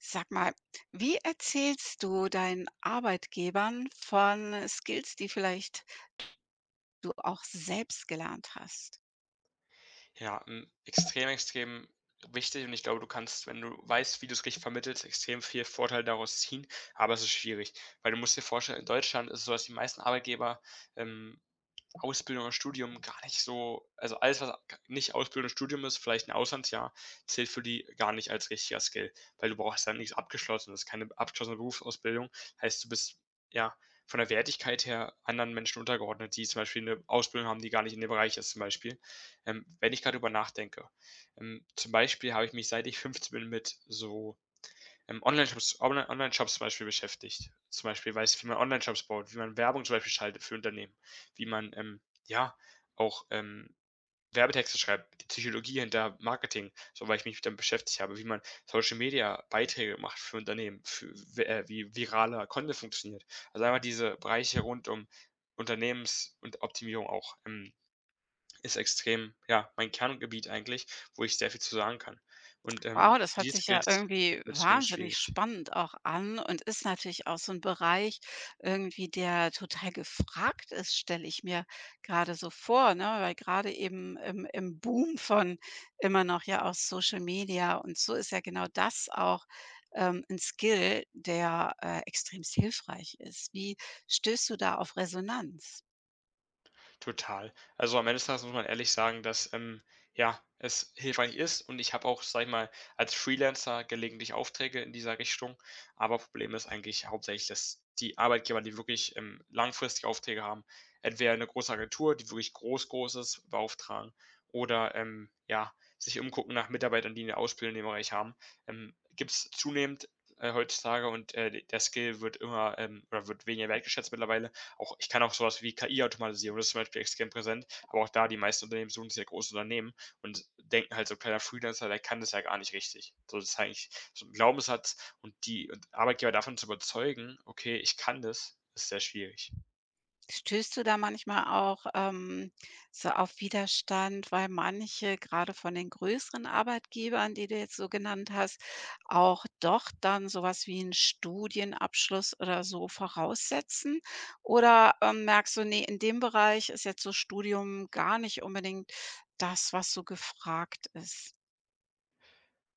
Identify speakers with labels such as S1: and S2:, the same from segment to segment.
S1: Sag mal, wie erzählst du deinen Arbeitgebern von Skills, die vielleicht du auch selbst gelernt hast?
S2: Ja, hm, extrem, extrem wichtig. Und ich glaube, du kannst, wenn du weißt, wie du es richtig vermittelst, extrem viel Vorteil daraus ziehen, aber es ist schwierig, weil du musst dir vorstellen, in Deutschland ist es so, dass die meisten Arbeitgeber, ähm, Ausbildung oder Studium gar nicht so, also alles, was nicht Ausbildung und Studium ist, vielleicht ein Auslandsjahr, zählt für die gar nicht als richtiger Skill, weil du brauchst dann nichts abgeschlossen. Das ist keine abgeschlossene Berufsausbildung. Heißt, du bist, ja, von der Wertigkeit her anderen Menschen untergeordnet, die zum Beispiel eine Ausbildung haben, die gar nicht in dem Bereich ist zum Beispiel. Wenn ich gerade drüber nachdenke, zum Beispiel habe ich mich, seit ich 15 bin, mit so Online-Shops, online shops zum Beispiel beschäftigt. Zum Beispiel weiß, wie man Online-Shops baut, wie man Werbung zum Beispiel schaltet für Unternehmen, wie man ja, auch Werbetexte schreibt, die Psychologie hinter Marketing, so, weil ich mich damit beschäftigt habe, wie man Social Media Beiträge macht für Unternehmen, für, wie viraler Content funktioniert. Also einfach diese Bereiche rund um Unternehmens- und Optimierung auch, ist extrem, ja, mein Kerngebiet eigentlich, wo ich sehr viel zu sagen kann. Und
S1: Wow, das hört
S2: die
S1: sich ja
S2: Skills ja
S1: irgendwie
S2: mitzugeben ist
S1: wahnsinnig
S2: schwierig.
S1: spannend auch an und ist natürlich auch so ein Bereich irgendwie, der total gefragt ist, stelle ich mir gerade so vor, ne? Weil gerade eben im Boom von immer noch ja auch Social Media und so ist ja genau das auch, 'n Skill, der, extremst hilfreich ist. Wie stößt du da auf Resonanz?
S2: Total. Also, am Ende des Tages muss man ehrlich sagen, dass, ja, es hilfreich ist, und ich habe auch, sage ich mal, als Freelancer gelegentlich Aufträge in dieser Richtung, aber Problem ist eigentlich hauptsächlich, dass die Arbeitgeber, die wirklich, langfristige Aufträge haben, entweder eine große Agentur, die wirklich groß, groß ist, beauftragen oder, ja, sich umgucken nach Mitarbeitern, die eine Ausbildung in dem Bereich haben. Gibt's zunehmend, heutzutage, und, der Skill wird immer, oder wird weniger wertgeschätzt mittlerweile auch. Ich kann auch sowas wie KI-Automatisierung, das ist zum Beispiel extrem präsent, aber auch da, die meisten Unternehmen suchen sich ja große Unternehmen und denken halt, so ein kleiner Freelancer, der kann das ja gar nicht richtig. So, das ist eigentlich so ein Glaubenssatz, und die und Arbeitgeber davon zu überzeugen, okay, ich kann das, ist sehr schwierig.
S1: Stößt du da manchmal auch, so auf Widerstand, weil manche, gerade von den größeren Arbeitgebern, die du jetzt so genannt hast, auch doch dann so was wie einen Studienabschluss oder so voraussetzen? Oder, merkst du: nee, in dem Bereich ist jetzt so Studium gar nicht unbedingt das, was so gefragt ist?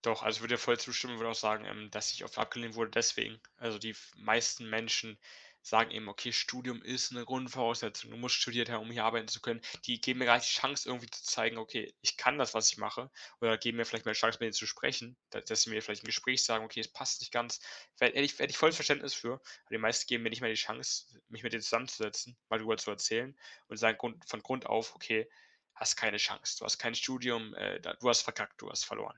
S2: Doch, also ich würde dir voll zustimmen, würde auch sagen, dass ich oft abgelehnt wurde deswegen. Also die meisten Menschen sagen eben, okay, Studium ist eine Grundvoraussetzung, du musst studiert haben, um hier arbeiten zu können. Die geben mir gar nicht die Chance, irgendwie zu zeigen, okay, ich kann das, was ich mache. Oder geben mir vielleicht mal die Chance, mit denen zu sprechen, dass sie mir vielleicht im Gespräch sagen, okay, es passt nicht ganz. Hätte ich volles Verständnis für. Aber die meisten geben mir nicht mal die Chance, mich mit denen zusammenzusetzen, mal darüber zu erzählen, und sagen von Grund auf, okay, hast keine Chance, du hast kein Studium, du hast verkackt, du hast verloren.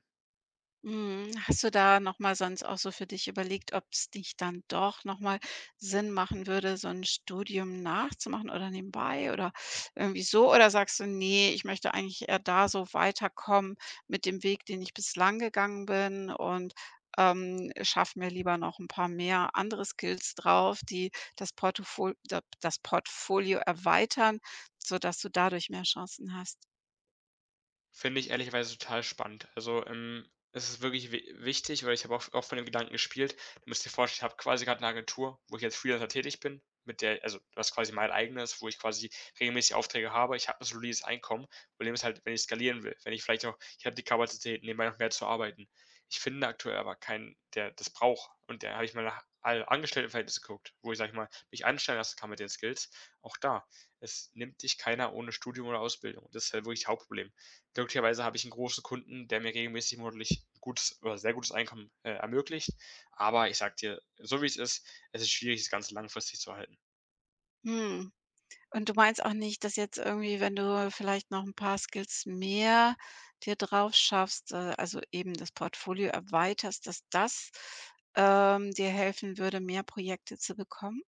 S1: Mhm. Hast du da noch mal sonst auch so für dich überlegt, ob es dich dann doch noch mal Sinn machen würde, so ein Studium nachzumachen oder nebenbei oder irgendwie so? Oder sagst du: nee, ich möchte eigentlich eher da so weiterkommen mit dem Weg, den ich bislang gegangen bin und, schaffe mir lieber noch ein paar mehr andere Skills drauf, die das Portofol das Portfolio erweitern, sodass du dadurch mehr Chancen hast?
S2: Finde ich ehrlicherweise total spannend. Also, es ist wirklich wi wichtig, weil ich habe auch von dem Gedanken gespielt. Du musst dir vorstellen, ich habe quasi gerade eine Agentur, wo ich als Freelancer tätig bin, mit der, also, was quasi mein eigenes, wo ich quasi regelmäßig Aufträge habe. Ich habe ein solides Einkommen. Problem ist halt, wenn ich skalieren will, wenn ich vielleicht auch, ich habe die Kapazität, nebenbei noch mehr zu arbeiten. Ich finde aktuell aber keinen, der das braucht. Und da habe ich mal nach all Angestelltenverhältnissen geguckt, wo ich, sage ich mal, mich anstellen lassen kann mit den Skills. Auch da, es nimmt dich keiner ohne Studium oder Ausbildung. Das ist halt wirklich das Hauptproblem. Glücklicherweise habe ich einen großen Kunden, der mir regelmäßig monatlich gutes oder sehr gutes Einkommen, ermöglicht. Aber ich sage dir, so wie es ist schwierig, das Ganze langfristig zu halten.
S1: Hm. Und du meinst auch nicht, dass jetzt irgendwie, wenn du vielleicht noch ein paar Skills mehr dir drauf schaffst, also eben das Portfolio erweiterst, dass das, dir helfen würde, mehr Projekte zu bekommen?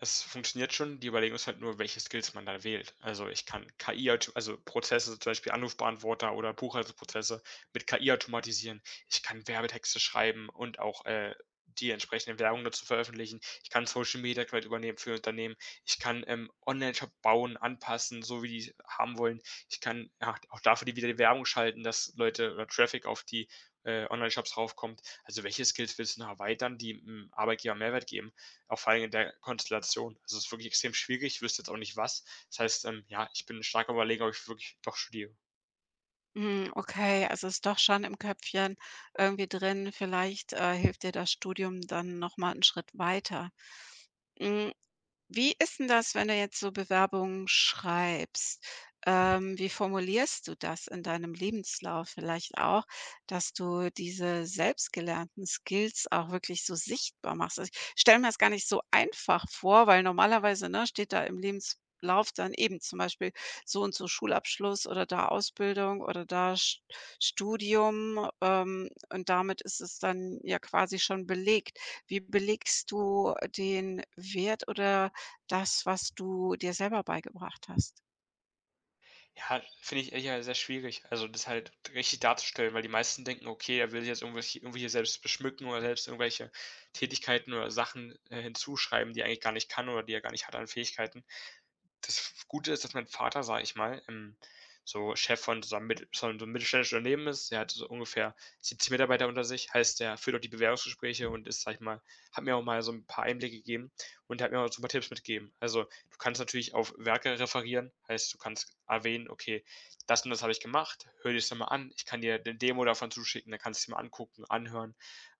S2: Es funktioniert schon, die Überlegung ist halt nur, welche Skills man da wählt. Also, ich kann KI aut also, Prozesse, zum Beispiel Anrufbeantworter oder Buchhaltungsprozesse mit KI automatisieren. Ich kann Werbetexte schreiben und auch, die entsprechende Werbung dazu veröffentlichen. Ich kann Social Media komplett übernehmen für Unternehmen. Ich kann, Onlineshop bauen, anpassen, so wie die's haben wollen. Ich kann, ja, auch dafür die Werbung schalten, dass Leute oder Traffic auf die, shops raufkommt. Also, welche Skills willst du noch erweitern, die 'm Arbeitgeber Mehrwert geben? Auch vor allem in der Konstellation. Also, es ist wirklich extrem schwierig. Ich wüsste jetzt auch nicht was. Das heißt, ja, ich bin stark am Überlegen, ob ich wirklich doch studiere.
S1: Hm, okay, also ist doch schon im Köpfchen irgendwie drin, vielleicht, hilft dir das Studium dann noch mal 'n Schritt weiter. Hm. Wie ist denn das, wenn du jetzt so Bewerbungen schreibst? Wie formulierst du das in deinem Lebenslauf vielleicht auch, dass du diese selbstgelernten Skills auch wirklich so sichtbar machst? Also, ich stelle mir das gar nicht so einfach vor, weil normalerweise, ne, steht da im Lebenslauf dann eben zum Beispiel so und so Schulabschluss oder da Ausbildung oder da St Studium, und damit ist es dann ja quasi schon belegt. Wie belegst du den Wert oder das, was du dir selber beigebracht hast?
S2: Ja, finde ich eher sehr schwierig. Also, das halt richtig darzustellen, weil die meisten denken, okay, er will sich jetzt irgendwelche selbst beschmücken oder selbst irgendwelche Tätigkeiten oder Sachen hinzuschreiben, die er eigentlich gar nicht kann oder die er gar nicht hat an Fähigkeiten. Das Gute ist, dass mein Vater, sage ich mal, so Chef von so einem mittel von so 'nem mittelständischen Unternehmen ist. Der hat so ungefähr 70 Mitarbeiter unter sich, heißt, der führt auch die Bewerbungsgespräche, und ist, sage ich mal, hat mir auch mal so ein paar Einblicke gegeben und hat mir auch so ein paar Tipps mitgegeben. Also, du kannst natürlich auf Werke referieren, heißt, du kannst erwähnen: „Okay, das und das habe ich gemacht. Hör dir das mal an. Ich kann dir 'ne Demo davon zuschicken, dann kannst du's dir mal angucken, anhören.“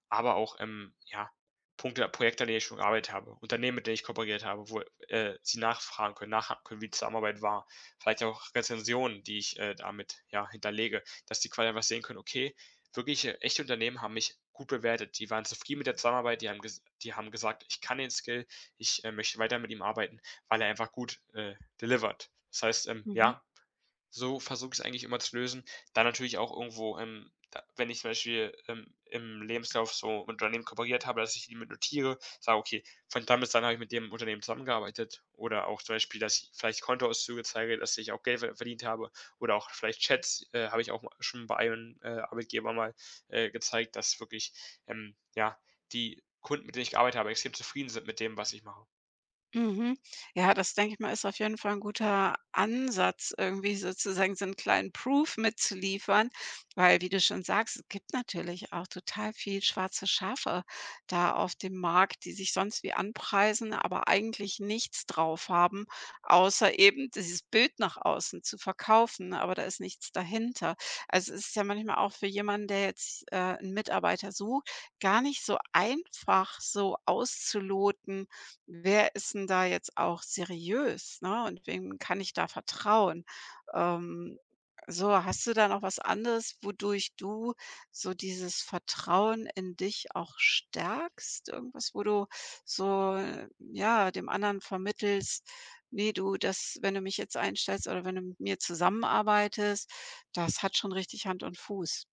S2: Aber auch, ja, Punkte Projekte, an denen ich schon gearbeitet habe, Unternehmen, mit denen ich kooperiert habe, wo, sie nachfragen können, nachhaken können, wie die Zusammenarbeit war. Vielleicht auch Rezensionen, die ich, damit, ja, hinterlege, dass die quasi einfach sehen können: „Okay, wirklich, echte Unternehmen haben mich gut bewertet. Die waren zufrieden mit der Zusammenarbeit, die haben gesagt: „Ich kann den Skill, ich, möchte weiter mit ihm arbeiten“, weil er einfach gut, delivert.“ Das heißt,
S1: Mhm.
S2: ja, so versuche ich es eigentlich immer zu lösen. Dann natürlich auch irgendwo, da wenn ich zum Beispiel, im Lebenslauf so mit Unternehmen kooperiert habe, dass ich die mit notiere, sage: „Okay, von dann bis dann habe ich mit dem Unternehmen zusammengearbeitet.“ Oder auch zum Beispiel, dass ich vielleicht Kontoauszüge zeige, dass ich auch Geld verdient habe, oder auch vielleicht Chats, habe ich auch mal schon bei einem, Arbeitgeber mal, gezeigt, dass wirklich, ja, die Kunden, mit denen ich gearbeitet habe, extrem zufrieden sind mit dem, was ich mache.
S1: Mhm. Ja, das denke ich mal, ist auf jeden Fall ein guter Ansatz, irgendwie sozusagen so einen kleinen Proof mitzuliefern, weil, wie du schon sagst, es gibt natürlich auch total viel schwarze Schafe da auf dem Markt, die sich sonst wie anpreisen, aber eigentlich nichts drauf haben, außer eben dieses Bild nach außen zu verkaufen, aber da ist nichts dahinter. Also, es ist ja manchmal auch für jemanden, der jetzt, 'n Mitarbeiter sucht, gar nicht so einfach, so auszuloten, wer ist denn da jetzt auch seriös, ne, und wem kann ich da vertrauen? Ähm, so, hast du da noch was anderes, wodurch du so dieses Vertrauen in dich auch stärkst? Irgendwas, wo du so, ja, dem anderen vermittelst: „Ne, du, das wenn du mich jetzt einstellst oder wenn du mit mir zusammenarbeitest, das hat schon richtig Hand und Fuß.“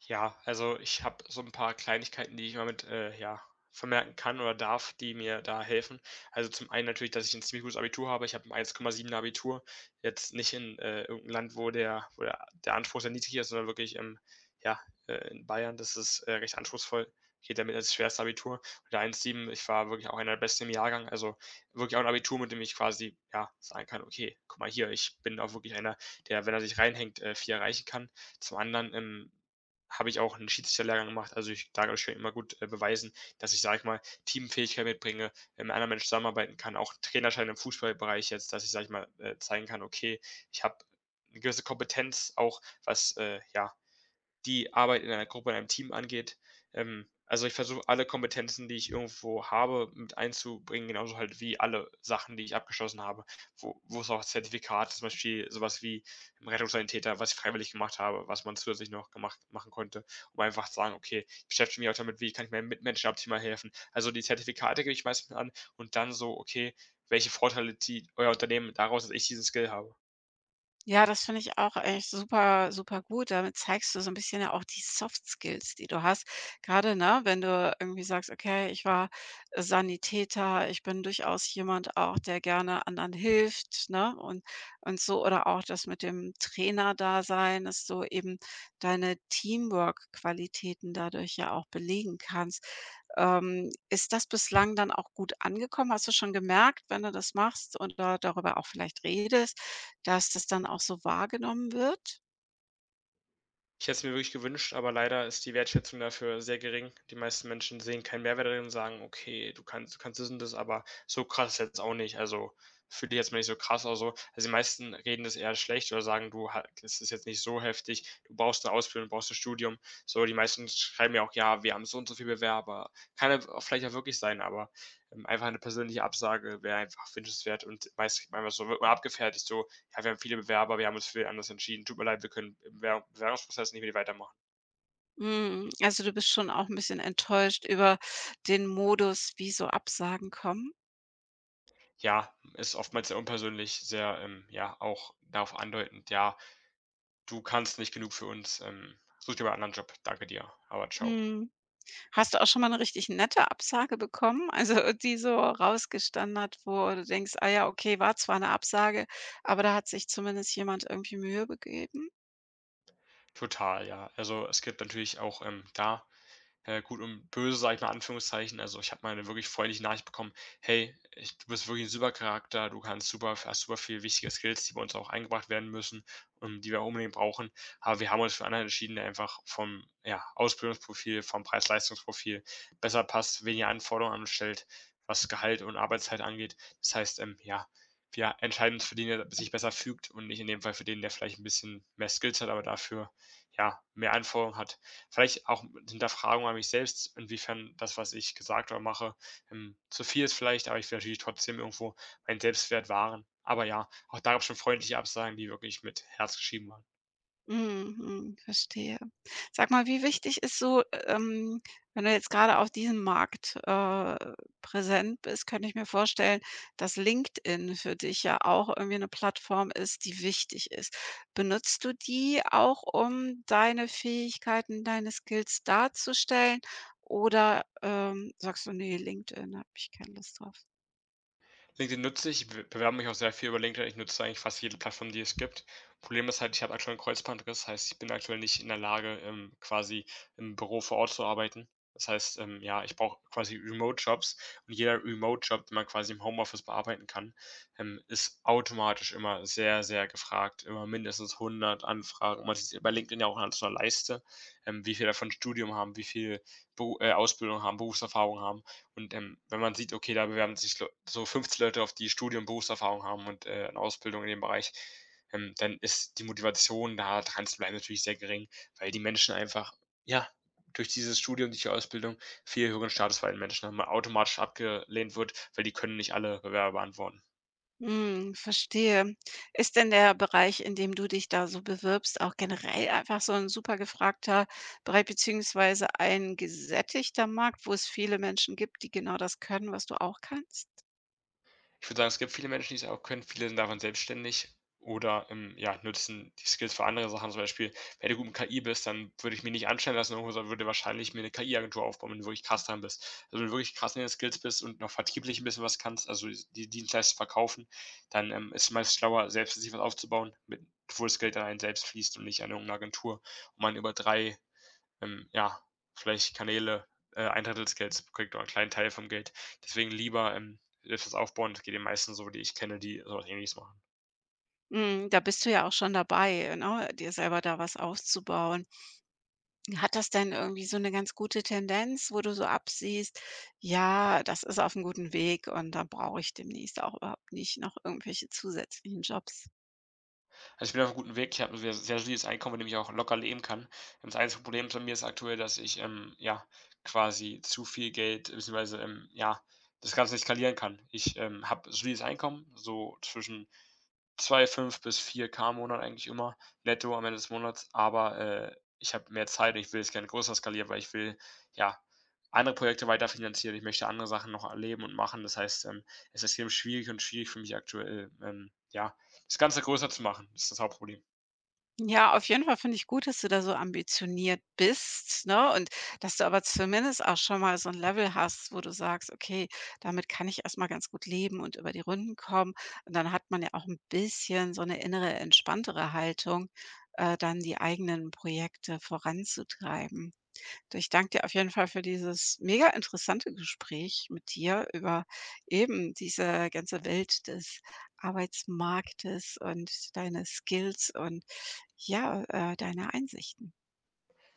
S2: Ja, also ich habe so ein paar Kleinigkeiten, die ich mal mit, ja, vermerken kann oder darf, die mir da helfen. Also, zum einen natürlich, dass ich ein ziemlich gutes Abitur habe. Ich habe 'n 1,7er Abitur, jetzt nicht in, irgend Land, wo der Anspruch sehr niedrig ist, sondern wirklich im ja, in Bayern. Das ist, recht anspruchsvoll. Geht damit als schwerstes Abitur. Und der 1,7, ich war wirklich auch einer der Besten im Jahrgang. Also, wirklich auch ein Abitur, mit dem ich quasi, ja, sagen kann: „Okay, guck mal hier, ich bin auch wirklich einer, der, wenn er sich reinhängt, viel erreichen kann.“ Zum anderen, habe ich auch einen Schiedsrichterlehrgang gemacht. Also, ich da schon immer gut, beweisen, dass ich, sage ich mal, Teamfähigkeit mitbringe, mit anderen Menschen zusammenarbeiten kann, auch Trainerschein im Fußballbereich jetzt, dass ich, sage ich mal, zeigen kann: „Okay, ich habe eine gewisse Kompetenz auch, was, ja, die Arbeit in einer Gruppe, in einem Team angeht. Also ich versuche alle Kompetenzen, die ich irgendwo habe, mit einzubringen, genauso halt wie alle Sachen, die ich abgeschlossen habe, wo, es auch Zertifikate, zum Beispiel sowas wie im Rettungssanitäter, was ich freiwillig gemacht habe, was man zusätzlich noch machen konnte, um einfach zu sagen, okay, ich beschäftige mich auch damit, wie kann ich meinen Mitmenschen optimal helfen. Also die Zertifikate gebe ich meistens an und dann so, okay, welche Vorteile zieht euer Unternehmen daraus, dass ich diesen Skill habe.
S1: Ja, das finde ich auch echt super, super gut. Damit zeigst du so ein bisschen ja auch die Soft Skills, die du hast. Gerade ne, wenn du irgendwie sagst: „Okay, ich war Sanitäter, ich bin durchaus jemand auch, der gerne anderen hilft“, ne, und so. Oder auch das mit dem Trainerdasein, dass du eben deine Teamwork-Qualitäten dadurch ja auch belegen kannst. Ist das bislang dann auch gut angekommen? Hast du schon gemerkt, wenn du das machst oder darüber auch vielleicht redest, dass das dann auch so wahrgenommen wird?
S2: Ich hätte es mir wirklich gewünscht, aber leider ist die Wertschätzung dafür sehr gering. Die meisten Menschen sehen keinen Mehrwert darin und sagen: „Okay, du kannst das und das, aber so krass ist jetzt auch nicht. Also, fühl dich jetzt mal nicht so krass oder so.“ Also, die meisten reden das eher schlecht oder sagen: „Du ha Das ist jetzt nicht so heftig. Du brauchst eine Ausbildung, du brauchst ein Studium.“ So, die meisten schreiben ja auch: „Ja, wir haben so und so viele Bewerber.“ Kann ja w vielleicht auch wirklich sein, aber, einfach eine persönliche Absage wäre einfach wünschenswert, und meist kriegt man einfach, so wird man abgefertigt, so: ja, wir haben viele Bewerber, wir haben uns für anders entschieden. Tut mir leid, wir können im Bewerbungsprozess nicht mehr weitermachen.
S1: Mhm, also du bist schon auch 'n bisschen enttäuscht über den Modus, wie so Absagen kommen?
S2: Ja, ist oftmals sehr unpersönlich, sehr, ja, auch darauf andeutend, ja, du kannst nicht genug für uns, such dir mal einen anderen Job, danke dir, aber ciao.
S1: Mhm. Hast du auch schon mal 'ne richtig nette Absage bekommen? Also, die so rausgestanden hat, wo du denkst: „Ah ja, okay, war zwar 'ne Absage, aber da hat sich zumindest jemand irgendwie Mühe begeben?“
S2: Total, ja. Also es gibt natürlich auch da gut und böse, sage ich mal Anführungszeichen. Also, ich habe mal eine wirklich freundliche Nachricht bekommen: „Hey, ich du bist wirklich ein super Charakter, du kannst super hast super viele wichtige Skills, die bei uns auch eingebracht werden müssen und die wir unbedingt brauchen. Aber wir haben uns für einen entschieden, der einfach vom, ja, Ausbildungsprofil, vom Preis-Leistungs-Profil besser passt, weniger Anforderungen anstellt, was Gehalt und Arbeitszeit angeht.“ Das heißt, ja, wir entscheiden uns für den, der sich besser fügt und nicht in dem Fall für den, der vielleicht ein bisschen mehr Skills hat, aber dafür, ja, mehr Anforderungen hat. Vielleicht auch mit Hinterfragung an mich selbst, inwiefern das, was ich gesagt oder mache, zu viel ist vielleicht, aber ich will natürlich trotzdem irgendwo meinen Selbstwert wahren. Aber ja, auch da gab es schon freundliche Absagen, die wirklich mit Herz geschrieben waren.
S1: Mhm, verstehe. Sag mal, wie wichtig ist so, wenn du jetzt gerade auf diesem Markt, präsent bist, könnte ich mir vorstellen, dass LinkedIn für dich ja auch irgendwie eine Plattform ist, die wichtig ist. Benutzt du die auch, um deine Fähigkeiten, deine Skills darzustellen oder, sagst du: nee, LinkedIn, habe ich keine Lust drauf?
S2: LinkedIn nutze ich, be bewerbe mich auch sehr viel über LinkedIn. Ich nutze eigentlich fast jede Plattform, die es gibt. Problem ist halt, ich habe aktuell einen Kreuzbandriss, heißt, ich bin aktuell nicht in der Lage, quasi im Büro vor Ort zu arbeiten. Das heißt, ja, ich brauche quasi Remote-Jobs und jeder Remote-Job, den man quasi im Homeoffice bearbeiten kann, ist automatisch immer sehr, sehr gefragt, immer mindestens 100 Anfragen. Man sieht bei LinkedIn ja auch an so einer Leiste, wie viele davon Studium haben, wie viel Beru Ausbildung haben, Berufserfahrung haben. Und, wenn man sieht, okay, da bewerben sich Leu so 50 Leute, auf die Studium, Berufserfahrung haben und, 'ne Ausbildung in dem Bereich, dann ist die Motivation, da dran, dranzubleiben, natürlich sehr gering, weil die Menschen einfach, ja, durch dieses Studium, durch die Ausbildung viel höheren Status bei den Menschen haben, automatisch abgelehnt wird, weil die können nicht alle Bewerber beantworten.
S1: Hm, verstehe. Ist denn der Bereich, in dem du dich da so bewirbst, auch generell einfach so ein super gefragter Bereich beziehungsweise ein gesättigter Markt, wo es viele Menschen gibt, die genau das können, was du auch kannst?
S2: Ich würde sagen, es gibt viele Menschen, die es auch können. Viele sind davon selbstständig oder, ja, nutzen die Skills für andere Sachen. Zum Beispiel, wenn du gut mit KI bist, dann würde ich mich nicht anstellen lassen irgendwo, sondern würde wahrscheinlich mir 'ne KI-Agentur aufbauen, wenn du wirklich krass dran bist. Also, wenn du wirklich krass in den Skills bist und noch vertrieblich ein bisschen was kannst, also, die Dienstleistung verkaufen, dann, ist es meist schlauer, selbst sich was aufzubauen, mit wo das Geld an einen selbst fließt und nicht an irgendeine Agentur und man über 3 ja, vielleicht Kanäle, 1/3 des Geldes kriegt oder einen kleinen Teil vom Geld. Deswegen lieber, etwas aufbauen. Das geht den meisten so, die ich kenne, die so was Ähnliches machen.
S1: Mhm, da bist du ja auch schon dabei, ne, dir selber da was aufzubauen. Hat das denn irgendwie so eine ganz gute Tendenz, wo du so absiehst: „Ja, das ist auf einem guten Weg und da brauche ich demnächst auch überhaupt nicht noch irgendwelche zusätzlichen Jobs?“
S2: Also, ich bin auf einem guten Weg. Ich habe ein sehr sehr solides Einkommen, mit dem ich auch locker leben kann. Das einzige Problem bei mir ist aktuell, dass ich, ja, quasi zu viel Geld beziehungsweise, ja, das Ganze nicht skalieren kann. Ich, habe solides Einkommen, so zwischen zwei fünf bis vier k im Monat eigentlich immer netto am Ende des Monats, aber, ich habe mehr Zeit und ich will es gerne größer skalieren, weil ich will, ja, andere Projekte weiterfinanzieren. Ich möchte andere Sachen noch erleben und machen. Das heißt, es ist extrem schwierig und schwierig für mich aktuell, ja, das Ganze größer zu machen. Das ist das Hauptproblem.
S1: Ja, auf jeden Fall finde ich gut, dass du da so ambitioniert bist, ne? Und dass du aber zumindest auch schon mal so ein Level hast, wo du sagst: „Okay, damit kann ich erst mal ganz gut leben und über die Runden kommen.“ Und dann hat man ja auch ein bisschen so eine innere entspanntere Haltung, dann die eigenen Projekte voranzutreiben. Du, ich danke dir auf jeden Fall für dieses mega interessante Gespräch mit dir über eben diese ganze Welt des Arbeitsmarktes und deine Skills und ja, deine Einsichten.